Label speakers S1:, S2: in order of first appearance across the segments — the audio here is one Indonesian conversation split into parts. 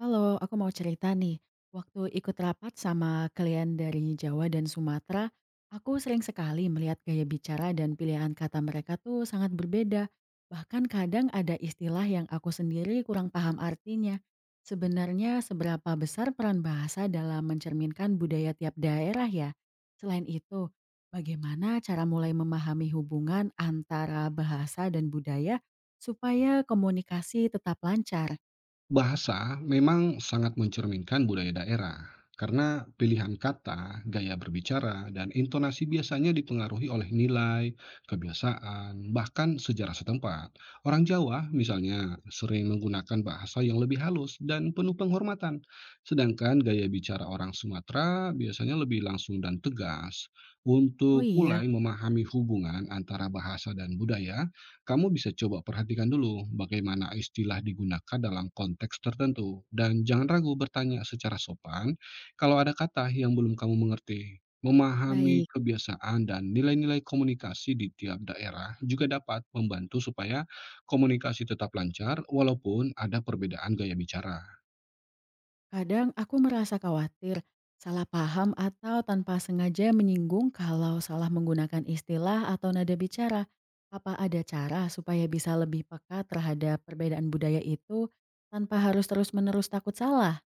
S1: Halo, aku mau cerita nih. Waktu ikut rapat sama klien dari Jawa dan Sumatera, aku sering sekali melihat gaya bicara dan pilihan kata mereka tuh sangat berbeda. Bahkan kadang ada istilah yang aku sendiri kurang paham artinya. Sebenarnya seberapa besar peran bahasa dalam mencerminkan budaya tiap daerah ya? Selain itu, bagaimana cara mulai memahami hubungan antara bahasa dan budaya supaya komunikasi tetap lancar?
S2: Bahasa memang sangat mencerminkan budaya daerah, karena pilihan kata, gaya berbicara, dan intonasi biasanya dipengaruhi oleh nilai, kebiasaan, bahkan sejarah setempat. Orang Jawa, misalnya, sering menggunakan bahasa yang lebih halus dan penuh penghormatan, sedangkan gaya bicara orang Sumatera biasanya lebih langsung dan tegas.
S1: Oh
S2: Untuk
S1: iya,
S2: mulai memahami hubungan antara bahasa dan budaya, kamu bisa coba perhatikan dulu bagaimana istilah digunakan dalam konteks tertentu dan jangan ragu bertanya secara sopan kalau ada kata yang belum kamu mengerti. Memahami
S1: baik.
S2: kebiasaan dan nilai-nilai komunikasi di tiap daerah juga dapat membantu supaya komunikasi tetap lancar walaupun ada perbedaan gaya bicara.
S1: Kadang aku merasa khawatir, salah paham atau tanpa sengaja menyinggung kalau salah menggunakan istilah atau nada bicara. Apa ada cara supaya bisa lebih peka terhadap perbedaan budaya itu tanpa harus terus-menerus takut salah?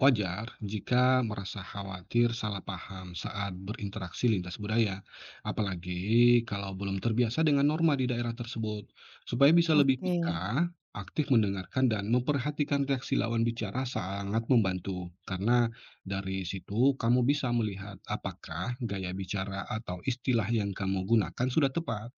S2: Wajar jika merasa khawatir salah paham saat berinteraksi lintas budaya, apalagi kalau belum terbiasa dengan norma di daerah tersebut. Supaya bisa lebih
S1: Oke,
S2: peka, aktif mendengarkan dan memperhatikan reaksi lawan bicara sangat membantu. Karena dari situ kamu bisa melihat apakah gaya bicara atau istilah yang kamu gunakan sudah tepat.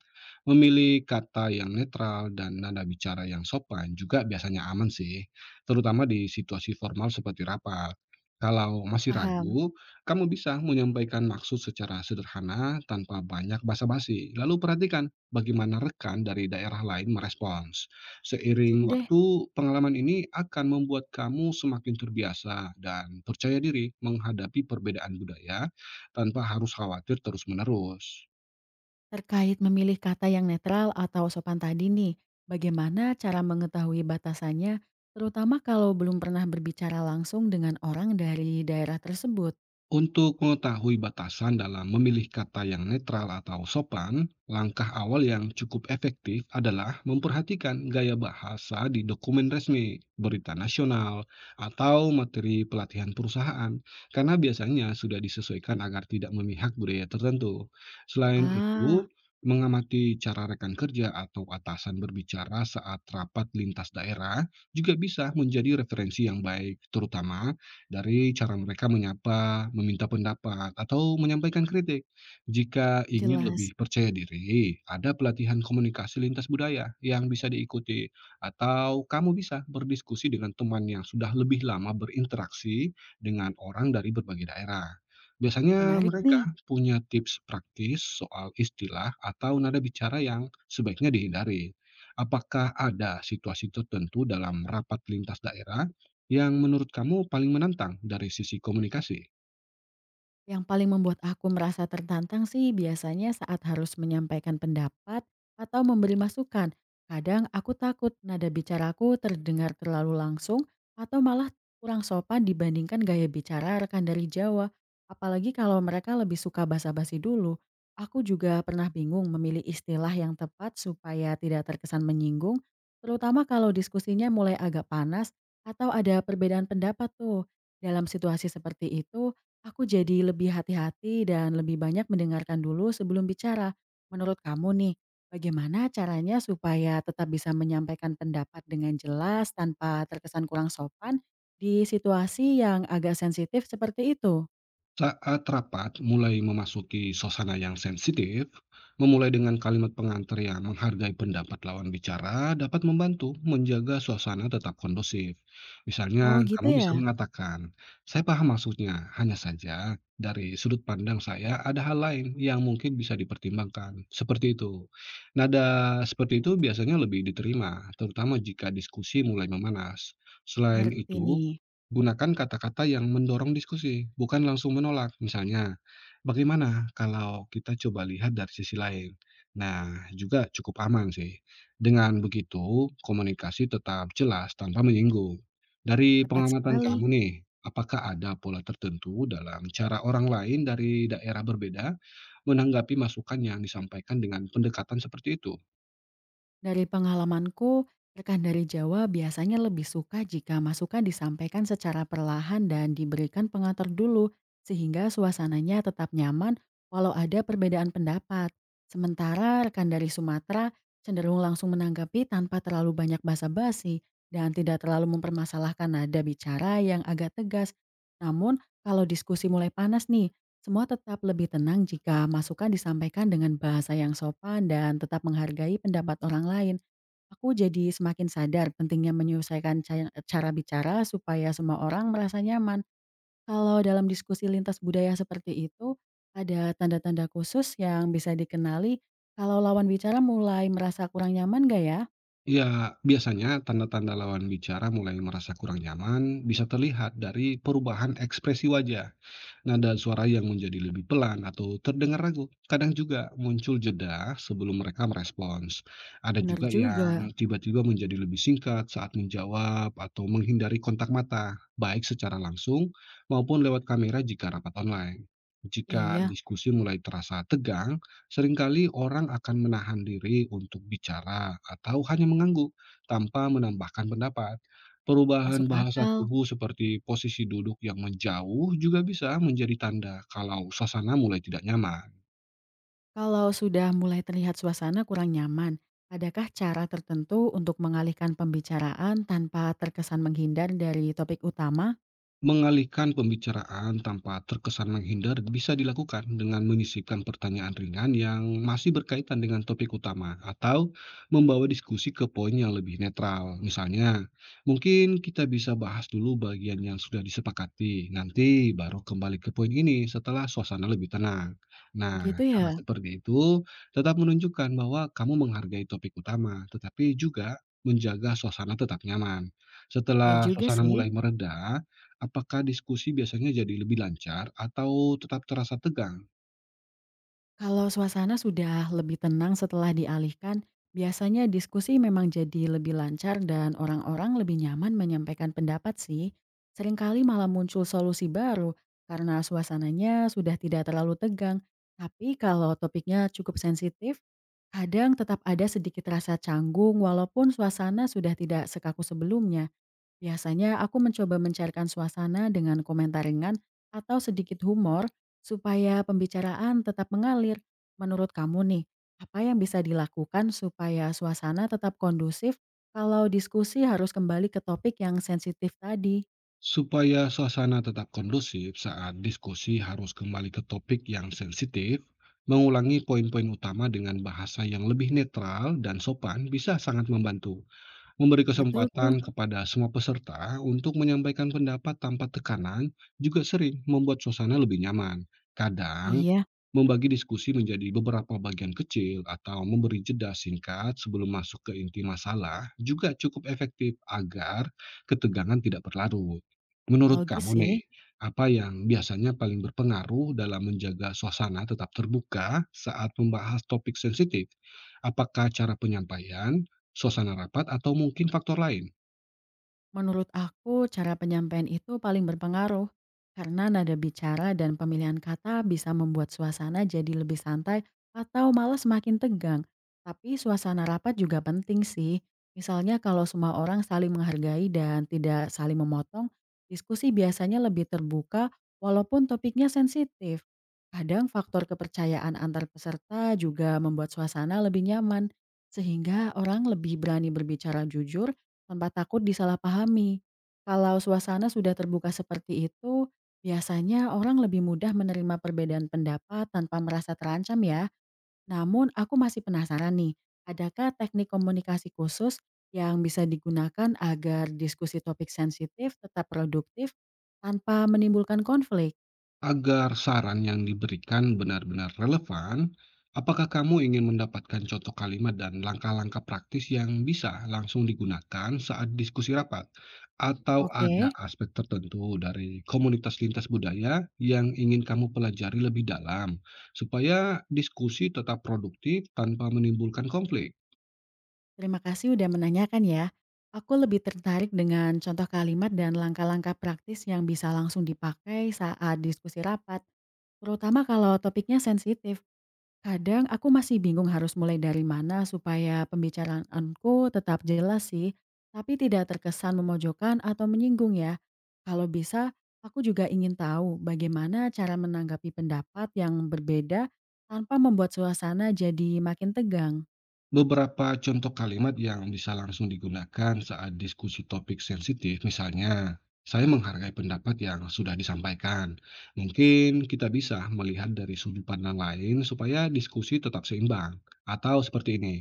S2: Memilih kata yang netral dan nada bicara yang sopan juga biasanya aman sih terutama di situasi formal seperti rapat. Kalau masih
S1: paham.
S2: ragu, kamu bisa menyampaikan maksud secara sederhana tanpa banyak basa-basi. Lalu perhatikan bagaimana rekan dari daerah lain merespons.
S1: Sip
S2: Seiring
S1: deh,
S2: waktu, pengalaman ini akan membuat kamu semakin terbiasa dan percaya diri menghadapi perbedaan budaya tanpa harus khawatir terus-menerus.
S1: terkait memilih kata yang netral atau sopan tadi nih, bagaimana cara mengetahui batasannya, terutama kalau belum pernah berbicara langsung dengan orang dari daerah tersebut?
S2: Untuk mengetahui batasan dalam memilih kata yang netral atau sopan, langkah awal yang cukup efektif adalah memperhatikan gaya bahasa di dokumen resmi, berita nasional, atau materi pelatihan perusahaan, karena biasanya sudah disesuaikan agar tidak memihak budaya tertentu. Selain itu,
S1: Ah,
S2: mengamati cara rekan kerja atau atasan berbicara saat rapat lintas daerah juga bisa menjadi referensi yang baik, terutama dari cara mereka menyapa, meminta pendapat, atau menyampaikan kritik. Jika ingin
S1: jelas.
S2: lebih percaya diri, ada pelatihan komunikasi lintas budaya yang bisa diikuti, atau kamu bisa berdiskusi dengan teman yang sudah lebih lama berinteraksi dengan orang dari berbagai daerah. Biasanya
S1: Menarik
S2: mereka
S1: nih.
S2: punya tips praktis soal istilah atau nada bicara yang sebaiknya dihindari. Apakah ada situasi tertentu dalam rapat lintas daerah yang menurut kamu paling menantang dari sisi komunikasi?
S1: Yang paling membuat aku merasa tertantang sih biasanya saat harus menyampaikan pendapat atau memberi masukan. Kadang aku takut nada bicaraku terdengar terlalu langsung atau malah kurang sopan dibandingkan gaya bicara rekan dari Jawa. Apalagi kalau mereka lebih suka basa-basi dulu. Aku juga pernah bingung memilih istilah yang tepat supaya tidak terkesan menyinggung, terutama kalau diskusinya mulai agak panas atau ada perbedaan pendapat tuh. Dalam situasi seperti itu, aku jadi lebih hati-hati dan lebih banyak mendengarkan dulu sebelum bicara. Menurut kamu nih, bagaimana caranya supaya tetap bisa menyampaikan pendapat dengan jelas tanpa terkesan kurang sopan di situasi yang agak sensitif seperti itu?
S2: Saat rapat mulai memasuki suasana yang sensitif, memulai dengan kalimat pengantar yang menghargai pendapat lawan bicara dapat membantu menjaga suasana tetap kondusif.
S1: Oh
S2: Misalnya,
S1: gitu
S2: kamu
S1: ya?
S2: bisa mengatakan, "Saya paham maksudnya, hanya saja dari sudut pandang saya ada hal lain yang mungkin bisa dipertimbangkan." Seperti itu. Nada seperti itu biasanya lebih diterima, terutama jika diskusi mulai memanas. Selain
S1: Ngerti
S2: itu,
S1: nih,
S2: gunakan kata-kata yang mendorong diskusi, bukan langsung menolak. Misalnya, bagaimana kalau kita coba lihat dari sisi lain? Nah, juga cukup aman sih. Dengan begitu, komunikasi tetap jelas tanpa menyinggung. Dari
S1: tepat
S2: pengamatan
S1: sekali.
S2: kamu nih, apakah ada pola tertentu dalam cara orang lain dari daerah berbeda menanggapi masukan yang disampaikan dengan pendekatan seperti itu?
S1: Dari pengalamanku, rekan dari Jawa biasanya lebih suka jika masukan disampaikan secara perlahan dan diberikan pengantar dulu, sehingga suasananya tetap nyaman walau ada perbedaan pendapat. Sementara rekan dari Sumatera cenderung langsung menanggapi tanpa terlalu banyak basa-basi dan tidak terlalu mempermasalahkan nada bicara yang agak tegas. Namun, kalau diskusi mulai panas nih, semua tetap lebih tenang jika masukan disampaikan dengan bahasa yang sopan dan tetap menghargai pendapat orang lain. Aku jadi semakin sadar pentingnya menyesuaikan cara bicara supaya semua orang merasa nyaman. Kalau dalam diskusi lintas budaya seperti itu, ada tanda-tanda khusus yang bisa dikenali kalau lawan bicara mulai merasa kurang nyaman gak ya?
S2: Ya, biasanya tanda-tanda lawan bicara mulai merasa kurang nyaman bisa terlihat dari perubahan ekspresi wajah, nada suara yang menjadi lebih pelan atau terdengar ragu. Kadang juga muncul jeda sebelum mereka merespons. Ada
S1: Bener
S2: juga
S1: juga.
S2: yang tiba-tiba menjadi lebih singkat saat menjawab atau menghindari kontak mata, baik secara langsung maupun lewat kamera jika rapat online. Jika
S1: Iya,
S2: diskusi mulai terasa tegang, seringkali orang akan menahan diri untuk bicara atau hanya mengangguk tanpa menambahkan pendapat. Perubahan
S1: masuk
S2: bahasa
S1: akal.
S2: tubuh seperti posisi duduk yang menjauh juga bisa menjadi tanda kalau suasana mulai tidak nyaman.
S1: Kalau sudah mulai terlihat suasana kurang nyaman, adakah cara tertentu untuk mengalihkan pembicaraan tanpa terkesan menghindar dari topik utama?
S2: Mengalihkan pembicaraan tanpa terkesan menghindar bisa dilakukan dengan menyisipkan pertanyaan ringan yang masih berkaitan dengan topik utama atau membawa diskusi ke poin yang lebih netral. Misalnya, mungkin kita bisa bahas dulu bagian yang sudah disepakati, nanti baru kembali ke poin ini setelah suasana lebih tenang. Nah,
S1: Begitu ya?
S2: cara seperti itu tetap menunjukkan bahwa kamu menghargai topik utama, tetapi juga menjaga suasana tetap nyaman.
S1: Ya
S2: Setelah
S1: juga
S2: suasana
S1: sih.
S2: mulai mereda, apakah diskusi biasanya jadi lebih lancar atau tetap terasa tegang?
S1: Kalau suasana sudah lebih tenang setelah dialihkan, biasanya diskusi memang jadi lebih lancar dan orang-orang lebih nyaman menyampaikan pendapat sih. Seringkali malah muncul solusi baru karena suasananya sudah tidak terlalu tegang. Tapi kalau topiknya cukup sensitif, kadang tetap ada sedikit rasa canggung walaupun suasana sudah tidak sekaku sebelumnya. Biasanya aku mencoba mencairkan suasana dengan komentar ringan atau sedikit humor supaya pembicaraan tetap mengalir. Menurut kamu nih, apa yang bisa dilakukan supaya suasana tetap kondusif kalau diskusi harus kembali ke topik yang sensitif tadi?
S2: Supaya suasana tetap kondusif saat diskusi harus kembali ke topik yang sensitif, mengulangi poin-poin utama dengan bahasa yang lebih netral dan sopan bisa sangat membantu. Memberi
S1: Betul tuh?
S2: kesempatan kepada semua peserta untuk menyampaikan pendapat tanpa tekanan juga sering membuat suasana lebih nyaman. Kadang,
S1: Iya,
S2: membagi diskusi menjadi beberapa bagian kecil atau memberi jeda singkat sebelum masuk ke inti masalah juga cukup efektif agar ketegangan tidak berlarut. Menurut
S1: logis
S2: kamu
S1: sih.
S2: nih, apa yang biasanya paling berpengaruh dalam menjaga suasana tetap terbuka saat membahas topik sensitif? Apakah cara penyampaian, suasana rapat atau mungkin faktor lain.
S1: Menurut aku, cara penyampaian itu paling berpengaruh karena nada bicara dan pemilihan kata bisa membuat suasana jadi lebih santai atau malah semakin tegang. Tapi suasana rapat juga penting sih. Misalnya kalau semua orang saling menghargai dan tidak saling memotong, diskusi biasanya lebih terbuka walaupun topiknya sensitif. Kadang faktor kepercayaan antar peserta juga membuat suasana lebih nyaman, sehingga orang lebih berani berbicara jujur tanpa takut disalahpahami. Kalau suasana sudah terbuka seperti itu, biasanya orang lebih mudah menerima perbedaan pendapat tanpa merasa terancam ya. Namun aku masih penasaran nih, adakah teknik komunikasi khusus yang bisa digunakan agar diskusi topik sensitif tetap produktif tanpa menimbulkan konflik?
S2: Agar saran yang diberikan benar-benar relevan, apakah kamu ingin mendapatkan contoh kalimat dan langkah-langkah praktis yang bisa langsung digunakan saat diskusi rapat? Atau
S1: Oke.
S2: ada aspek tertentu dari komunitas lintas budaya yang ingin kamu pelajari lebih dalam supaya diskusi tetap produktif tanpa menimbulkan konflik?
S1: Terima kasih udah menanyakan ya. Aku lebih tertarik dengan contoh kalimat dan langkah-langkah praktis yang bisa langsung dipakai saat diskusi rapat. Terutama kalau topiknya sensitif. Kadang aku masih bingung harus mulai dari mana supaya pembicaraanku tetap jelas sih, tapi tidak terkesan memojokkan atau menyinggung ya. Kalau bisa, aku juga ingin tahu bagaimana cara menanggapi pendapat yang berbeda tanpa membuat suasana jadi makin tegang.
S2: Beberapa contoh kalimat yang bisa langsung digunakan saat diskusi topik sensitif, misalnya, saya menghargai pendapat yang sudah disampaikan. Mungkin kita bisa melihat dari sudut pandang lain supaya diskusi tetap seimbang. Atau seperti ini,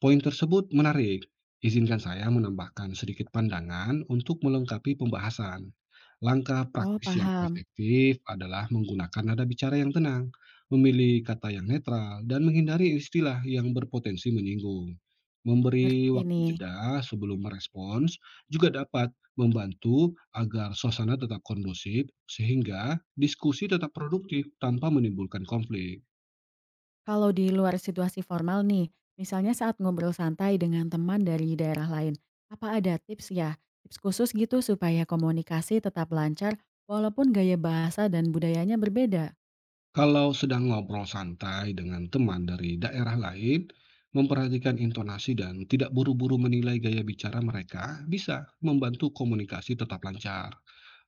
S2: poin tersebut menarik. Izinkan saya menambahkan sedikit pandangan untuk melengkapi pembahasan. Langkah
S1: Oh,
S2: praktis yang
S1: paham.
S2: efektif adalah menggunakan nada bicara yang tenang memilih kata yang netral, dan menghindari istilah yang berpotensi menyinggung. Memberi
S1: Ngerti
S2: waktu
S1: nih.
S2: jeda sebelum merespons juga dapat membantu agar suasana tetap kondusif sehingga diskusi tetap produktif tanpa menimbulkan konflik.
S1: Kalau di luar situasi formal nih, misalnya saat ngobrol santai dengan teman dari daerah lain, apa ada tips ya? Tips khusus gitu supaya komunikasi tetap lancar walaupun gaya bahasa dan budayanya berbeda?
S2: Kalau sedang ngobrol santai dengan teman dari daerah lain, memperhatikan intonasi dan tidak buru-buru menilai gaya bicara mereka bisa membantu komunikasi tetap lancar.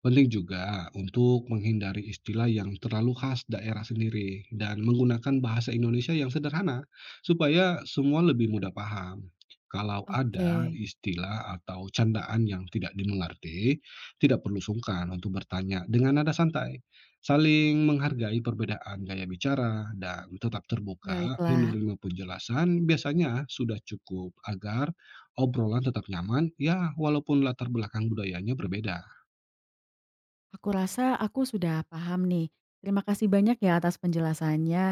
S2: Penting juga untuk menghindari istilah yang terlalu khas daerah sendiri dan menggunakan bahasa Indonesia yang sederhana supaya semua lebih mudah paham. Kalau ada
S1: Oke,
S2: istilah atau candaan yang tidak dimengerti, tidak perlu sungkan untuk bertanya dengan nada santai. Saling menghargai perbedaan gaya bicara dan tetap terbuka
S1: baiklah.
S2: menerima penjelasan biasanya sudah cukup agar obrolan tetap nyaman ya walaupun latar belakang budayanya berbeda.
S1: Aku rasa aku sudah paham nih. Terima kasih banyak ya atas penjelasannya.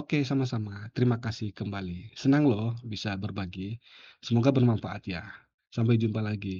S2: Oke, sama-sama. Terima kasih kembali. Senang loh bisa berbagi. Semoga bermanfaat ya. Sampai jumpa lagi.